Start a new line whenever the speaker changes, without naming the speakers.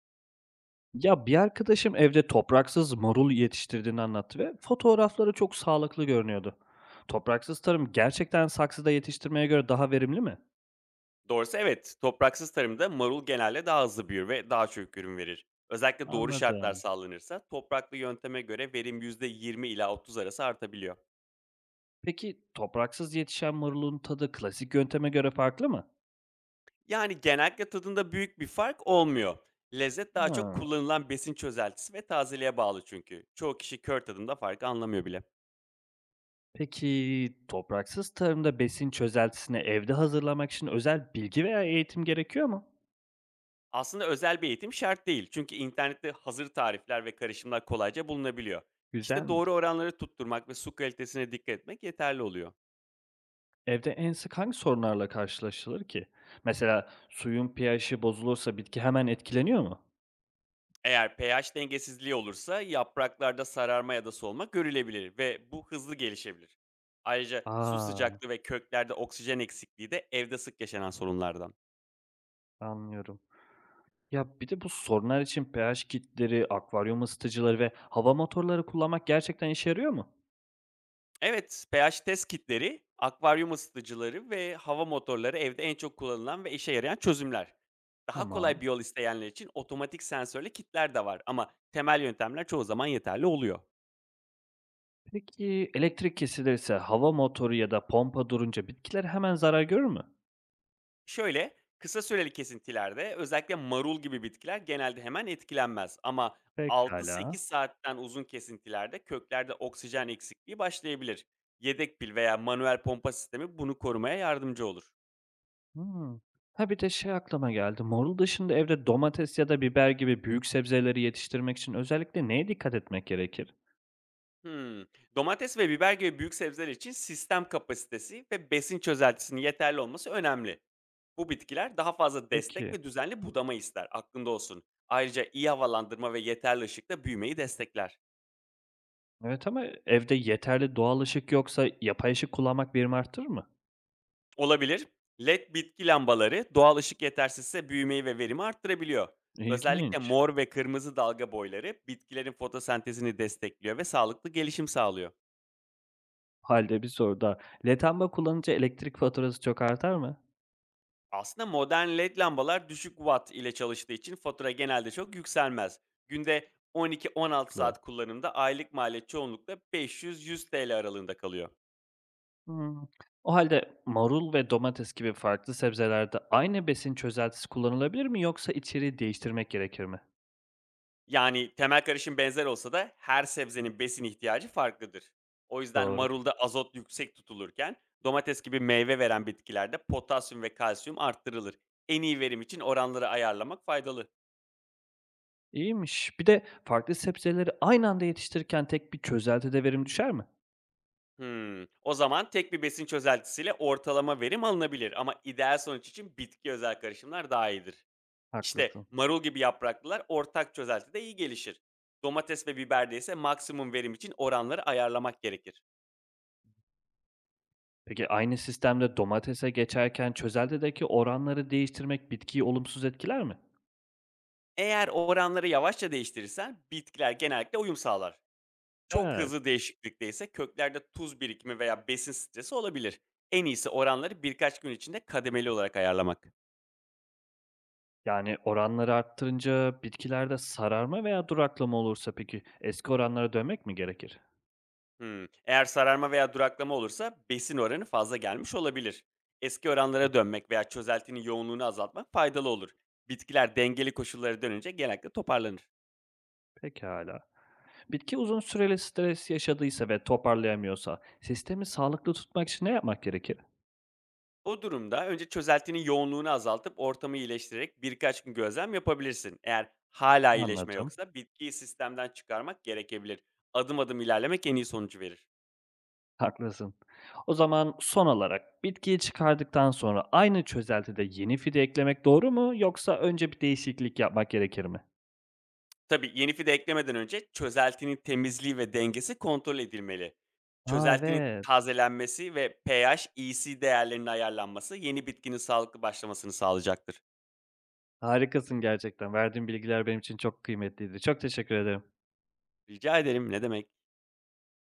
Ya, bir arkadaşım evde topraksız marul yetiştirdiğini anlattı ve fotoğrafları çok sağlıklı görünüyordu. Topraksız tarım gerçekten saksıda yetiştirmeye göre daha verimli mi?
Doğrusu evet. Topraksız tarımda marul genelde daha hızlı büyür ve daha çok ürün verir. Özellikle doğru şartlar
Anladım.
sağlanırsa topraklı yönteme göre verim %20 ila 30 arası artabiliyor.
Peki topraksız yetişen marulun tadı klasik yönteme göre farklı mı?
Yani genellikle tadında büyük bir fark olmuyor. Lezzet daha çok
Ha.
kullanılan besin çözeltisi ve tazeliğe bağlı çünkü. Çoğu kişi kör tadında farkı anlamıyor bile.
Peki topraksız tarımda besin çözeltisini evde hazırlamak için özel bilgi veya eğitim gerekiyor mu?
Aslında özel bir eğitim şart değil. Çünkü internette hazır tarifler ve karışımlar kolayca bulunabiliyor. İşte doğru
Güzelmiş.
oranları tutturmak ve su kalitesine dikkat etmek yeterli oluyor.
Evde en sık hangi sorunlarla karşılaşılır ki? Mesela suyun pH'i bozulursa bitki hemen etkileniyor mu?
Eğer pH dengesizliği olursa yapraklarda sararma ya da solma görülebilir ve bu hızlı gelişebilir. Ayrıca su
A!
sıcaklığı ve köklerde oksijen eksikliği de evde sık yaşanan sorunlardan.
Anlıyorum. Ya, bir de bu sorunlar için pH kitleri, akvaryum ısıtıcıları ve hava motorları kullanmak gerçekten işe yarıyor mu?
Evet, pH test kitleri, akvaryum ısıtıcıları ve hava motorları evde en çok kullanılan ve işe yarayan çözümler. Daha kolay
Tamam.
bir yol isteyenler için otomatik sensörlü kitler de var ama temel yöntemler çoğu zaman yeterli oluyor.
Peki elektrik kesilirse hava motoru ya da pompa durunca bitkiler hemen zarar görür mü?
Şöyle, kısa süreli kesintilerde özellikle marul gibi bitkiler genelde hemen etkilenmez ama altı sekiz
Pekala.
saatten uzun kesintilerde köklerde oksijen eksikliği başlayabilir. Yedek pil veya manuel pompa sistemi bunu korumaya yardımcı olur.
Hımm. Ha, bir de şey aklıma geldi. Marul dışında evde domates ya da biber gibi büyük sebzeleri yetiştirmek için özellikle neye dikkat etmek gerekir?
Hmm. Domates ve biber gibi büyük sebzeler için sistem kapasitesi ve besin çözeltisinin yeterli olması önemli. Bu bitkiler daha fazla destek
Peki.
ve düzenli budama ister. Aklında olsun. Ayrıca iyi havalandırma ve yeterli ışıkta büyümeyi destekler.
Evet ama evde yeterli doğal ışık yoksa yapay ışık kullanmak verimi arttırır mı?
Olabilir. LED bitki lambaları doğal ışık yetersizse büyümeyi ve verimi arttırabiliyor. Özellikle
İlginç.
mor ve kırmızı dalga boyları bitkilerin fotosentezini destekliyor ve sağlıklı gelişim sağlıyor.
Halde bir soru daha. Letenme kullanınca elektrik faturası çok artar mı?
Aslında modern LED lambalar düşük watt ile çalıştığı için fatura genelde çok yükselmez. Günde 12-16 saat kullanımda aylık maliyet çoğunlukla 500-100 TL aralığında kalıyor.
Hımm. O halde marul ve domates gibi farklı sebzelerde aynı besin çözeltisi kullanılabilir mi yoksa içeriği değiştirmek gerekir mi?
Yani, temel karışım benzer olsa da her sebzenin besin ihtiyacı farklıdır. O yüzden
Doğru.
marulda azot yüksek tutulurken domates gibi meyve veren bitkilerde potasyum ve kalsiyum arttırılır. En iyi verim için oranları ayarlamak faydalı.
İyiymiş. Bir de farklı sebzeleri aynı anda yetiştirirken tek bir çözeltide verim düşer mi?
Hımm. O zaman tek bir besin çözeltisiyle ortalama verim alınabilir ama ideal sonuç için bitki özel karışımlar daha iyidir. İşte,
Haklısın.
marul gibi yapraklılar ortak çözeltide iyi gelişir. Domates ve biberde ise maksimum verim için oranları ayarlamak gerekir.
Peki aynı sistemde domatese geçerken çözeltideki oranları değiştirmek bitkiyi olumsuz etkiler mi?
Eğer oranları yavaşça değiştirirsen bitkiler genellikle uyum sağlar. Çok
Evet.
hızlı değişiklikte ise köklerde tuz birikimi veya besin stresi olabilir. En iyisi oranları birkaç gün içinde kademeli olarak ayarlamak.
Yani oranları arttırınca bitkilerde sararma veya duraklama olursa peki eski oranlara dönmek mi gerekir?
Hmm, eğer sararma veya duraklama olursa besin oranı fazla gelmiş olabilir. Eski oranlara dönmek veya çözeltinin yoğunluğunu azaltmak faydalı olur. Bitkiler dengeli koşullara dönünce genellikle toparlanır.
Pekala. Bitki uzun süreli stres yaşadıysa ve toparlayamıyorsa sistemi sağlıklı tutmak için ne yapmak gerekir?
O durumda önce çözeltinin yoğunluğunu azaltıp ortamı iyileştirerek birkaç gün gözlem yapabilirsin. Eğer hala iyileşme
Anladım.
yoksa bitkiyi sistemden çıkarmak gerekebilir. Adım adım ilerlemek en iyi sonucu verir.
Haklısın. O zaman son olarak bitkiyi çıkardıktan sonra aynı çözeltide yeni fide eklemek doğru mu yoksa önce bir değişiklik yapmak gerekir mi?
Tabii yeni fide eklemeden önce çözeltinin temizliği ve dengesi kontrol edilmeli.
Aa
Çözeltinin
evet.
tazelenmesi ve pH, EC değerlerinin ayarlanması yeni bitkinin sağlıklı başlamasını sağlayacaktır.
Harikasın gerçekten. Verdiğin bilgiler benim için çok kıymetliydi. Çok teşekkür ederim.
Rica ederim ne demek?